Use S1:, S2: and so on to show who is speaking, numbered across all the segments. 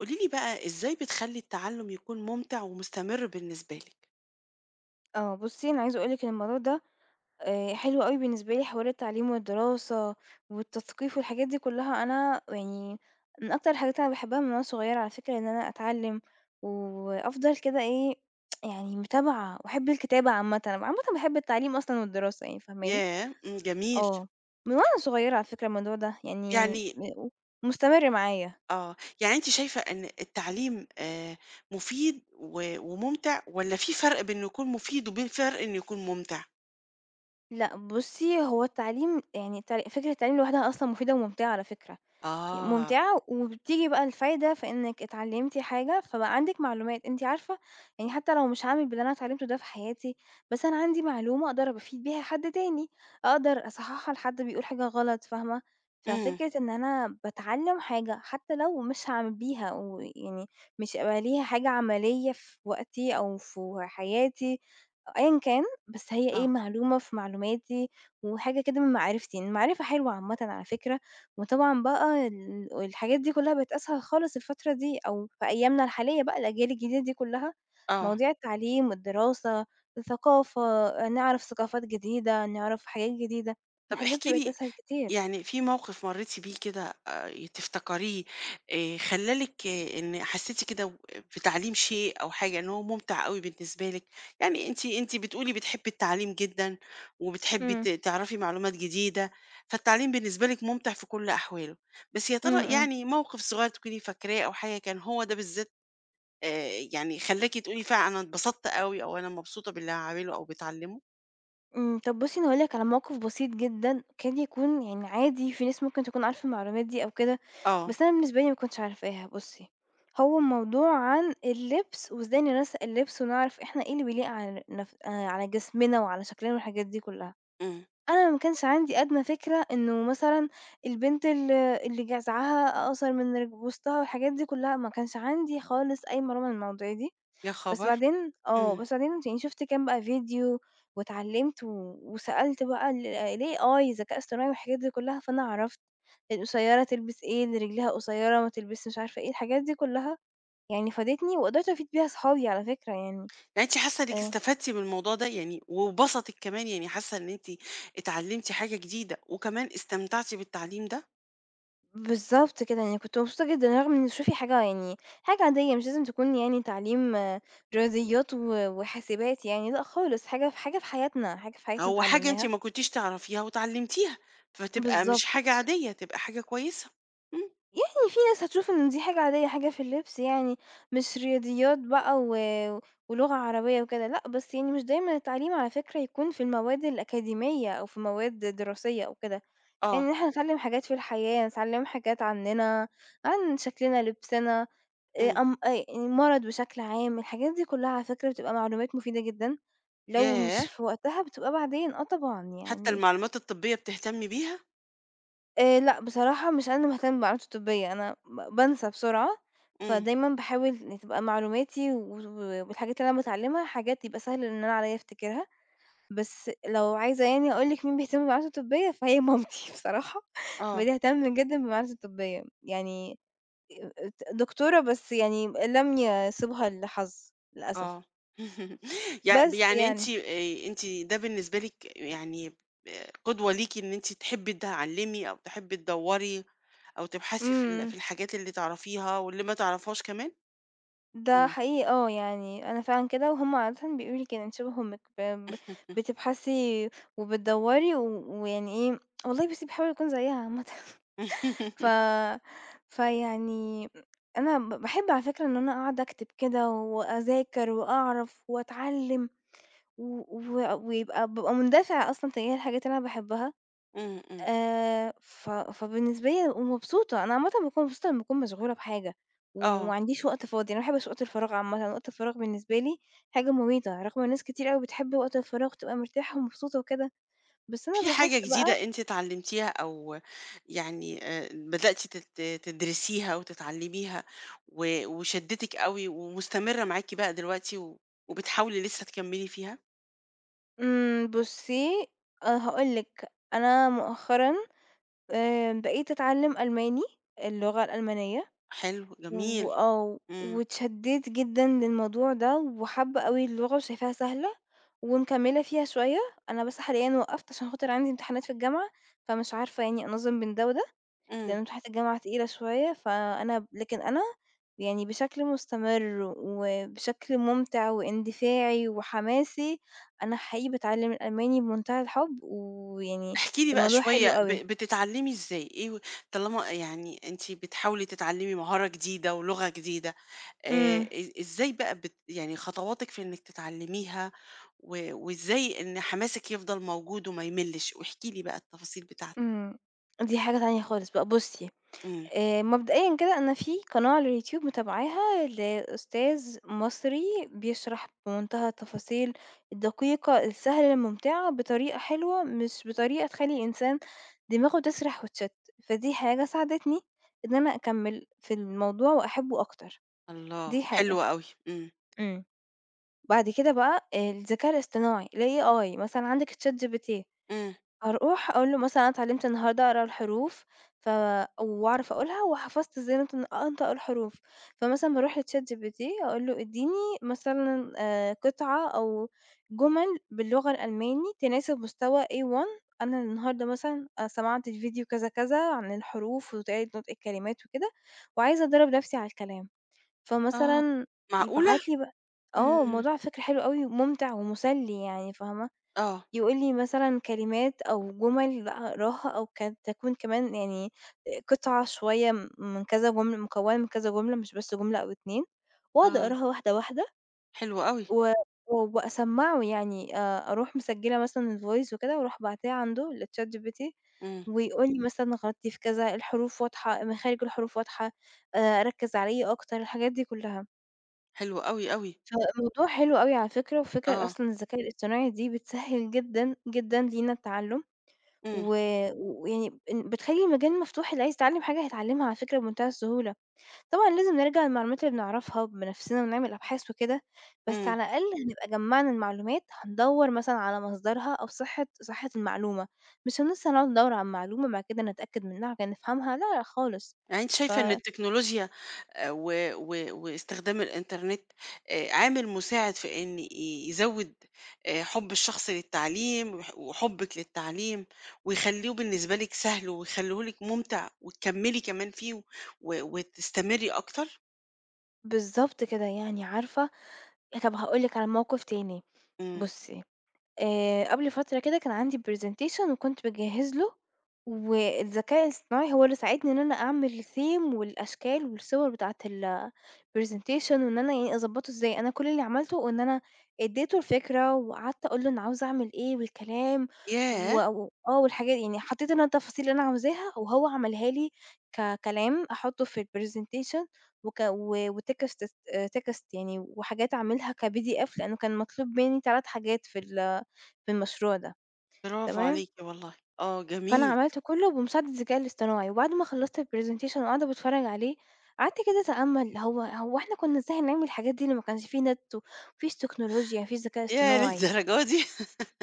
S1: قولي لي بقى إزاي بتخلّي التعلُّم يكون مُمتع ومستمر بالنسبة لِك؟
S2: آه، بُصّي أنا عايزة أقول لِك إن الموضوع ده حلو أوي بالنسبة لي، حوار التعليم والدراسة والتثقيف والحاجات دي كلّها، أنا يعني من أكتر الحاجات اللي أنا باحبها من وأنا صغيّرة على فكرة إن أنا أتعلّم، وأفضل كده إيه، يعني متابعة وأحب الكتابة عامةً، أنا عامةً باحب التعليم أصلًا والدراسة يعني فاهماني؟
S1: ياه! جميل.
S2: آه، من وأنا صغيّرة على فكرة الموضوع ده، يعني
S1: يعني
S2: مستمر معايا.
S1: آه، يعني أنتِ شايفة إن التعليم مفيد و ومُمتع والّا في فرق بين إنه يكون مفيد وبين فرق إنه يكون مُمتع؟
S2: لأ بُصّي هو التعليم يعني فكرة التعليم لوحدها أصلًا مفيدة وممتعة على فكرة.
S1: آه،
S2: ممتعة وبتيجي بقى الفايدة في إنِّك اتعلّمتِ حاجة، فبقى عندِك معلومات، أنتِ عارفة يعني حتى لو مش هاعمل باللي أنا اتعلّمته ده في حياتي، بس أنا عندي معلومة أقدر أبقى أفيد بيها حد تاني، أقدر أصحّحها لحد بيقول حاجة غلط، فاهمة؟
S1: إمم،
S2: ففكرة إن أنا باتعلّم حاجة حتى لو مش هاعمل بيها ويعني مش هيبقى ليها حاجة عملية في وقتي أو في حياتي أيًا كان، بس هي
S1: آه،
S2: إيه، معلومة في معلوماتي وحاجة كده من معرفتي، المعرفة حلوة عامةً على فكرة، وطبعًا بقى الحاجات دي كلّها بقت أسهل خالص الفترة دي أو في أيامنا الحالية بقى الأجيال الجديدة دي كلّها،
S1: آه.
S2: مواضيع التعليم والدراسة، الثقافة، نعرف ثقافات جديدة، نعرف حاجات جديدة،
S1: طب
S2: الحاجات دي
S1: احكي
S2: بقت
S1: لي
S2: أسهل كتير.
S1: يعني في موقف مرّيتِ بيه كده تفتكريه خلّى لِك إن حسّيتِ كده و بتعليم شيء أو حاجة إن هو مُمتع أوي بالنسبة لِك؟ يعني أنتِ بتقولي بتحبّي التعليم جدًا وبتحبّي
S2: إمم،
S1: تعرفي معلومات جديدة، فالتعليم بالنسبة لِك مُمتع في كل أحواله، بس يا
S2: إمم،
S1: ترى
S2: إمم.
S1: يعني موقف صغير تكوني فاكراه أو حاجة كان هو ده بالذات يعني خلّاكِ تقولي فعلًا أنا اتبسطت أوي أو أنا مبسوطة باللي هاعمله أو باتعلّمه؟
S2: إمم، طب بُصّي أنا هاقول لِك على موقف بسيط جدًا، كاد يكون يعني عادي في ناس ممكن تكون عارفة المعلومات دي أو كده،
S1: آه،
S2: بس أنا بالنسبة لي ما كنتش عارفاها. بُصّي، هو الموضوع عن اللبس وإزاي ننسق اللبس ونعرف إحنا إيه اللي بيليق على نف على جسمنا وعلى شكلنا والحاجات دي كلّها.
S1: إمم.
S2: أنا ما كانش عندي أدنى فكرة إنه مثلًا البنت اللي جزعها أقصر من وسطها والحاجات دي كلّها، ما كانش عندي خالص أي معلومة عن المواضيع دي.
S1: يا
S2: بس
S1: خبر!
S2: بعدين آه،
S1: إمم.
S2: بس بعدين يعني شُفت كام بقى فيديو واتعلّمت و وسألت بقى ال الAI الذكاء الاصطناعي والحاجات دي كلّها، فأنا عرفت القصيّرة تلبس إيه، اللي رجلها قصيّرة ما تلبسش مش عارفة إيه، الحاجات دي كلّها يعني فادتني وقدرت أفيد بيها صحابي على فكرة يعني
S1: يعني أنتِ حاسة إنِّك
S2: آآ
S1: استفدتِ من الموضوع ده يعني وبسطِك كمان، يعني حاسة إن أنتِ اتعلمتِ حاجة جديدة وكمان استمتعتِ بالتعليم ده؟
S2: بالضبط كده، يعني كنت مبسوطة جدًا رغم إن شوفي حاجة يعني حاجة عادية مش لازم تكون يعني تعليم آه، رياضيات و وحاسبات يعني لأ خالص، حاجة في حياتنا، حاجة في حياتنا
S1: هو حاجة أنتِ
S2: اتعلّمناها
S1: ما كنتيش تعرفيها واتعلمتيها، فتبقى مش
S2: بالضبط.
S1: حاجة عادية، تبقى حاجة كويسة. إمم،
S2: يعني في ناس هتشوف إن دي حاجة عادية، حاجة في اللبس يعني، مش رياضيات بقى و ولغة عربية وكده، لأ، بس يعني مش دايمًا التعليم على فكرة يكون في المواد الأكاديمية أو في مواد دراسية أو كده، يعني
S1: آه،
S2: إن إحنا نتعلم حاجات في الحياة، نتعلم حاجات عننا، عن شكلنا، لبسنا،
S1: إمم،
S2: أم المرض بشكل عام، الحاجات دي كلها على فكرة بتبقى معلومات مفيدة جدًا، لو مش
S1: ياه!
S2: في وقتها بتبقى بعدين، آه طبعًا
S1: حتى
S2: يعني
S1: المعلومات الطبية بتهتمي بيها؟
S2: لأ، بصراحة مش أنا اللي مهتمة بالمعلومات الطبية، أنا بانسى بسرعة،
S1: إمم،
S2: فدايمًا باحاول إن تبقى معلوماتي و والحاجات اللي أنا باتعلمها حاجات يبقى سهل إن أنا عليَّ أفتكرها، بس لو عايزة يعني أقول لِك مين بيهتم بالمعلومات الطبية فهي مامتي بصراحة
S1: آه.
S2: بتهتم جدًا بالمعلومات الطبية، يعني ت دكتورة بس يعني لم يسبها الحظ للأسف،
S1: آه.
S2: بس
S1: يعني أنتِ
S2: يعني.
S1: أنتِ ده بالنسبة لِك يعني قدوة ليكِ إن أنتِ تحبّي تتعلّمي أو تحبّي تدوّري أو تبحثي في في
S2: إمم.
S1: الحاجات اللي تعرفيها واللي ما تعرفيهاش كمان؟
S2: ده
S1: إمم.
S2: حقيقي آه، يعني أنا فعلًا كده، وهُم عادةً بيقولوا لي كده، أنتِ شبه أمِّك ب ب بتبحثي وبتدوّري و ويعني إيه، والله بُصّي باحاول أكون زيها عامةً ف فيعني أنا باحب على فكرة إن أنا أقعد أكتب كده وأذاكر وأعرف وأتعلّم و و ويبقى بابقى مندفعة أصلًا تجاه الحاجات اللي أنا باحبها.
S1: إمم، إمم.
S2: ف فبالنسبة لي بابقى مبسوطة، أنا عامةً باكون مبسوطة لمّا أكون مشغولة بحاجة،
S1: آه.
S2: وما عنديش وقت فاضي، أنا ما باحبش وقت الفراغ عامةً، وقت الفراغ بالنسبة لي حاجة مميتة، رغم إن ناس كتير أوي بتحب وقت الفراغ تبقى مرتاحة ومبسوطة وكده، بس أنا
S1: في حاجة
S2: باحس بقى
S1: جديدة أنتِ اتعلّمتيها أو يعني بدأتِ تدرسيها وتتعلّميها وشدِّتِك أوي ومستمرة معاكِ بقى دلوقتي وبتحاولي لسّه تكمّلي فيها؟
S2: إمم، بُصّي هاقول لِك، أنا مؤخرًا بقيت أتعلم ألماني، اللغة الألمانية.
S1: حلو، جميل.
S2: وآه،
S1: إمم،
S2: واتشدّيت جدًا للموضوع ده، وحابّة أوي اللغة وشايفاها سهلة، ومكمّلة فيها شوية، أنا بس حاليًا وقّفت عشان خاطر عندي امتحانات في الجامعة، فمش عارفة يعني أنظّم بين ده وده،
S1: إمم.
S2: لإن امتحانات الجامعة تقيلة شوية، فأنا ب لكن أنا يعني بشكل مستمر وبشكل ممتع واندفاعي وحماسي، أنا حقيقي باتعلّم الألماني بمنتهى الحُب، ويعني
S1: احكي لي بقى
S2: الموضوع حلو
S1: شوية
S2: أوي.
S1: بتتعلّمي إزاي؟ إيه و طالما يعني أنتِ بتحاولي تتعلّمي مهارة جديدة ولغة جديدة،
S2: إمم،
S1: إزاي بقى يعني خطواتِك في إنِّك تتعلّميها وإزاي إن حماسِك يفضل موجود وما يملِّش؟ واحكي لي بقى التفاصيل بتاعتِك.
S2: إمم، دي حاجة تانية خالص بقى. بُصّي
S1: إمم.
S2: مبدئيًا كده أنا في قناة على اليوتيوب متابعاها لأستاذ مصري بيشرح بمنتهى التفاصيل الدقيقة، السهلة، الممتعة، بطريقة حلوة، مش بطريقة تخلّي الإنسان دماغه تسرح وتشتّت، فدي حاجة ساعدتني إن أنا أكمّل في الموضوع وأحبّه أكتر،
S1: الله!
S2: دي
S1: حلو
S2: حاجة.
S1: أوي. إمم،
S2: إمم. بعد كده بقى الذكاء الاصطناعي الAI مثلًا عندِك ChatGPT
S1: إمم.
S2: هاروح أقول له مثلًا أنا اتعلمت النهارده أقرا الحروف ف وأعرف أقولها وحفظت إزاي أنت أنطق الحروف، فمثلًا باروح لChatGPT أقول له اديني مثلًا قطعة أو جمل باللغة الألماني تناسب مستوى A1 أنا النهارده مثلًا سمعت في فيديو كذا كذا عن الحروف وطريقة نطق الكلمات وكده، وعايزة أدرّب نفسي على الكلام،
S1: آه.
S2: فمثلًا
S1: معقولة؟!
S2: يبعت لي بقى آه،
S1: إمم.
S2: الموضوع على فكرة حلو أوي وممتع ومسلي يعني فاهمة؟
S1: آه،
S2: يقول لي مثلًا كلمات أو جُمل أقراها أو كانت تكون كمان يعني قطعة شوية من كذا جملة مكوّنة من كذا جملة مش بس جملة أو 2 وأقعد
S1: آه.
S2: أقراها واحدة، واحدة
S1: حلو أوي.
S2: و و- وأسمّعه يعني أروح مسجّلة مثلًا الvoice وكده وأروح باعتاه عنده لChat GPT
S1: إمم.
S2: ويقول لي مثلًا غلطتِ في كذا، الحروف واضحة، مخارج الحروف واضحة، ركّز عليَّ أكتر، الحاجات دي كلّها.
S1: حلو أوي، أوي.
S2: فالموضوع حلو أوي على فكرة، وفكرة
S1: آه.
S2: أصلًا الذكاء الاصطناعي دي بتسهّل جدًا، جدًا لينا التعلُّم.
S1: إمم،
S2: و ويعني إن بتخلّي المجال مفتوح، اللي عايز يتعلّم حاجة هيتعلّمها على فكرة بمنتهى السهولة. طبعًا لازم نراجع المعلومات اللي بنعرفها بنفسنا ونعمل أبحاث وكده، بس
S1: إمم.
S2: على الأقل إمم. هنبقى جمّعنا المعلومات، هندوّر مثلًا على مصدرها أو صحة المعلومة، مش هنلسه هنقعد ندوّر على المعلومة بعد كده نتأكد منها عشان نفهمها، لا، لأ خالص.
S1: يعني أنتِ
S2: ف
S1: شايفة إن التكنولوجيا آآ و و واستخدام الإنترنت عامل مساعد في إن يزوّد حُب الشخص للتعليم وحُبِّك للتعليم ويخلّوه بالنسبة لِك سهل ويخلّوه لِك مُمتع وتكمّلي كمان فيه وتستمرّي أكتر؟
S2: بالضبط كده يعني عارفة، طَب هاقول لِك على موقف تاني،
S1: إمم.
S2: بُصّي قبل فترة كده كان عندي presentation وكنت باجهّز له، والذكاء الاصطناعي هو اللي ساعدني إن أنا أعمل الtheme والأشكال والصور بتاعة الpresentation وإن أنا يعني أضبّطه إزاي، أنا كل اللي عملته إن أنا ادّيته الفكرة وقعدت أقول له أنا عاوزة أعمل إيه والكلام
S1: ياه!
S2: و و آه، والحاجات يعني حطّيت أنا التفاصيل اللي أنا عاوزاها وهو عملها لي ككلام أحطّه في الpresentation وك و وtext س text يعني وحاجات أعملها كPDF لإنه كان مطلوب منّي 3 حاجات في المشروع ده،
S1: برافو
S2: تمام،
S1: عليكِ والله. آه
S2: فأنا
S1: جميل.
S2: عملت كلّه بمساعدة الذكاء الاصطناعي، وبعد ما خلّصت الpresentation وقاعدة باتفرّج عليه، قعدت كده أتأمّل هو هو إحنا كنّا إزاي هنعمل الحاجات دي لمّا ما كانش في نت، وما فيش تكنولوجيا، ما فيش ذكاء
S1: ياه
S2: اصطناعي؟
S1: للدرجة دي!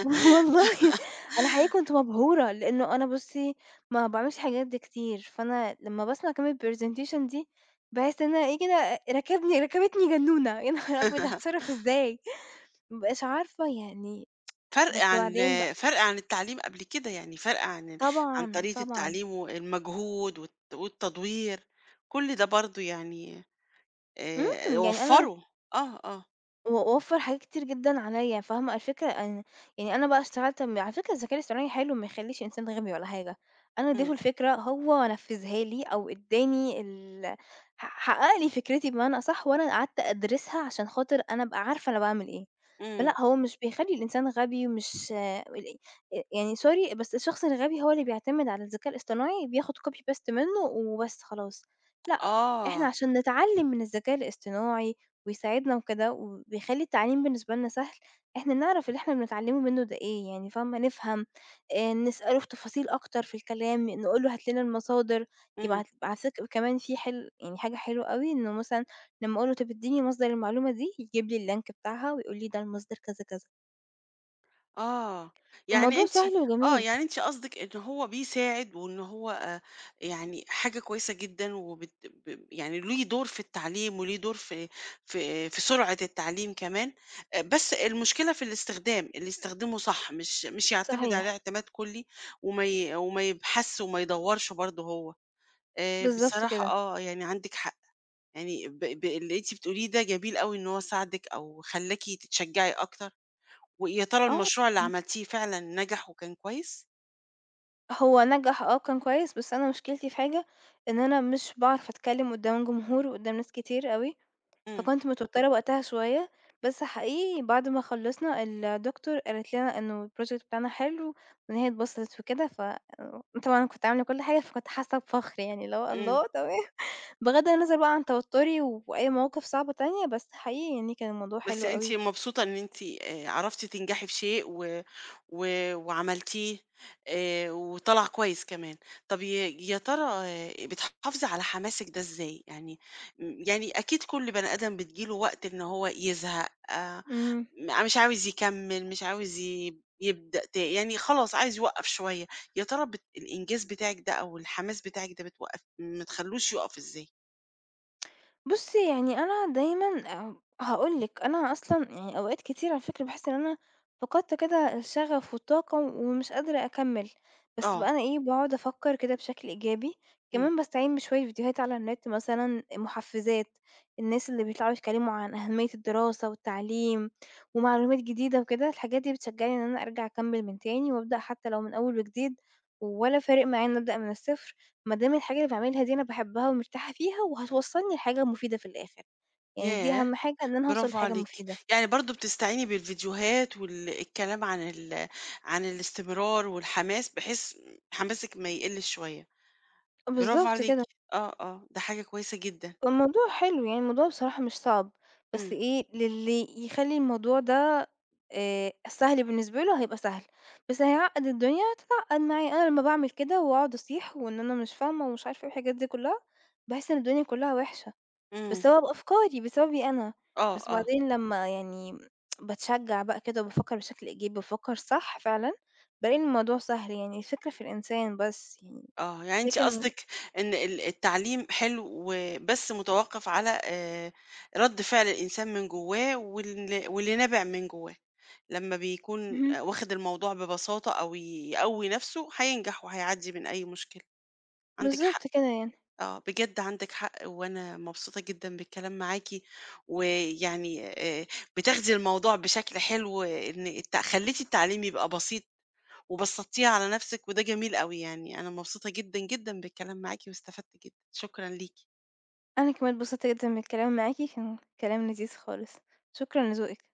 S2: والله أنا حقيقي كنت مبهورة، لإنه أنا بُصّي ما باعملش الحاجات دي كتير، فأنا لمّا باسمع كلمة presentation دي، باحس إن أنا إيه كده ركبتني جنونة، يا نهار أبيض هاتصرّف إزاي؟ ما بابقاش عارفة يعني
S1: فرْق
S2: بس
S1: عن
S2: بعدين بقى
S1: فرْق عن التعليم قبل كده، يعني فرْق عن ال عن
S2: طبعًا،
S1: طريقة
S2: طبعًا.
S1: التعليم والمجهود والتدوير، كل ده برضه يعني
S2: إمم، يعني أنا
S1: وفّروا، آه، آه،
S2: و وفّر حاجات كتير جدًا عليّا، فاهمة الفكرة إن يعني أنا بقى اشتغلت على فكرة الذكاء الاصطناعي حلو ما يخلّيش إنسان غبي ولا حاجة، أنا
S1: إمم،
S2: ادّيته الفكرة هو نفّذها لي أو ادّاني ال ح حقّق لي فكرتي بمعنى أصح، وأنا قعدت أدرسها عشان خاطر أنا أبقى عارفة أنا باعمل إيه،
S1: إمم،
S2: فلأ هو مش بيخلّي الإنسان غبي ومش آه، ال يعني sorry بس الشخص الغبي هو اللي بيعتمد على الذكاء الاصطناعي بياخد copy paste منّه وبس خلاص، لأ، إحنا
S1: آه،
S2: عشان نتعلّم من الذكاء الاصطناعي ويساعدنا وكده، وبيخلّي التعليم بالنسبة لنا سهل، إحنا نعرف اللي إحنا بنتعلمه منه ده إيه، يعني فاهمة، نفهم، نسأله في تفاصيل أكتر في الكلام، نقول له هات لنا المصادر،
S1: إمم،
S2: يبعت على فكرة كمان في حل يعني حاجة حلوة أوي إنه مثلًا لمّا أقول له طب اديني مصدر المعلومة دي، يجيب لي اللينك بتاعها ويقول لي ده المصدر كذا كذا،
S1: آه، يعني
S2: الموضوع
S1: أنتِ
S2: سهل
S1: آه،
S2: وجميل،
S1: يعني أنتِ قصدِك إن هو بيساعد وإن هو يعني حاجة كويسة جدًا وبت ب يعني ليه دور في التعليم وليه دور في في سرعة التعليم كمان، بس المشكلة في الاستخدام، اللي يستخدمه صح، مش يعتمد عليه
S2: صحيح،
S1: اعتماد كلّي وما يبحثش وما يدوّرش برضه هو،
S2: بالضبط
S1: بصراحة
S2: كده،
S1: آه، يعني عندِك حق. يعني ب ب اللي أنتِ بتقوليه ده جميل أوي إن هو ساعدِك أو خلّاكِ تتشجّعي أكتر، ويا ترى
S2: آه،
S1: المشروع اللي
S2: إمم.
S1: عملتيه فعلًا نجح وكان كويس؟
S2: هو نجح آه، كان كويس، بس أنا مشكلتي في حاجة، إن أنا مش باعرف أتكلم قدّام جمهور وقدّام ناس كتير أوي.
S1: إمم،
S2: فكنت متوترة وقتها شوية، بس حقيقي بعد ما خلّصنا الدكتور قالت لنا إنه الproject بتاعنا حلو، وإن هي اتبسطت وكده ف طبعًا أنا كنت عاملة كل حاجة فكنت حاسة بفخر يعني اللي هو
S1: إمم،
S2: الله تمام بغض النظر بقى عن توتري و- وأي مواقف صعبة تانية، بس حقيقي يعني كان الموضوع
S1: بس
S2: حلو
S1: أنتِ
S2: أوي.
S1: مبسوطة إن أنتِ عرفتِ تنجحي في شيء و وعملتيه وطلع كويس كمان. طَب يا ترى آه، بتحافظي على حماسِك ده إزاي؟ يعني يعني أكيد كل بني آدم بتيجي له وقت إن هو يزهق آه،
S2: إمم.
S1: مش عاوز يكمّل، مش عاوز يبدأ يعني خلاص عايز يوقّف شوية، يا ترى الإنجاز بتاعِك ده أو الحماس بتاعِك ده بتوقّف ما تخلّوش يُقف إزاي؟
S2: بُصّي، يعني أنا دايمًا هاقول لِك، أنا أصلًا يعني أوقات كتير على فكرة باحس إن أنا فقدت كده الشغف والطاقة ومش قادرة أكمّل، بس
S1: آه،
S2: بقى أنا إيه، باقعد أفكّر كده بشكل إيجابي،
S1: إمم،
S2: كمان باستعين بشوية فيديوهات على النت مثلًا مُحفّزات، الناس اللي بيطلعوا يتكلّموا عن أهمية الدراسة والتعليم ومعلومات جديدة وكده، الحاجات دي بتشجّعني إن أنا أرجع أكمّل من تاني وأبدأ حتى لو من أول وجديد ولا فارق معايا إني أبدأ من الصفر. ما دام الحاجة اللي باعملها دي أنا باحبها ومرتاحة فيها وهتوصّلني لحاجة مفيدة في الآخر، يعني دي
S1: ياه!
S2: أهم حاجة إن أنا هاوصل
S1: برافو
S2: لحاجة
S1: عليكِ،
S2: مفيدة.
S1: يعني برضه بتستعيني بالفيديوهات الكلام عن ال عن الاستمرار والحماس بحيث حماسِك ما يقلّش شوية، برافو
S2: بالضبط
S1: عليكِ،
S2: كده،
S1: آه، آه، ده حاجة كويسة جدًا،
S2: فالموضوع حلو يعني الموضوع بصراحة مش صعب، بس
S1: إمم،
S2: إيه للي يخلّي الموضوع ده سهل بالنسبة له هيبقى سهل، بس هيعقّد الدنيا هتتعقّد معايا. أنا لمّا باعمل كده وأقعد أصيح وإن أنا مش فاهمة ومش عارفة إيه والحاجات دي كلّها، باحس إن الدنيا كلّها وِحشة.
S1: إمم،
S2: بسبب أفكاري، بسببي أنا،
S1: آه،
S2: بس
S1: آه.
S2: بعدين لمّا يعني باتشجّع بقى كده وبافكّر بشكل إيجابي، بافكّر صح فعلًا، بالاقي إن الموضوع سهل، يعني الفكرة في الإنسان بس يعني،
S1: آه، يعني أنتِ
S2: لكن
S1: قصدِك إن التعليم حلو و بس متوقّف على رَد فعل الإنسان من جوّاه واللي نابع من جوّاه، لمّا بيكون
S2: اهم،
S1: واخد الموضوع ببساطة أو يقوّي نَفْسه هينجح وهيعدّي من أي مشكلة، عندِك حق
S2: بالضبط كده يعني.
S1: آه، بجد عندِك حق وأنا مبسوطة جدًا بالكلام معاكِ، ويعني آآ، بتاخدي الموضوع بشكل حلو إن خلّيتِ التعليم يبقى بسيط وبسطتيها على نفسِك وده جميل أوي يعني، أنا مبسوطة جدًا، جدًا بالكلام معاكِ واستفدت جدًا، شكرًا ليكِ.
S2: أنا كمان اتبسطت جدًا بالكلام معاكِ، كان كلام لذيذ خالص، شكرًا لذوقِك.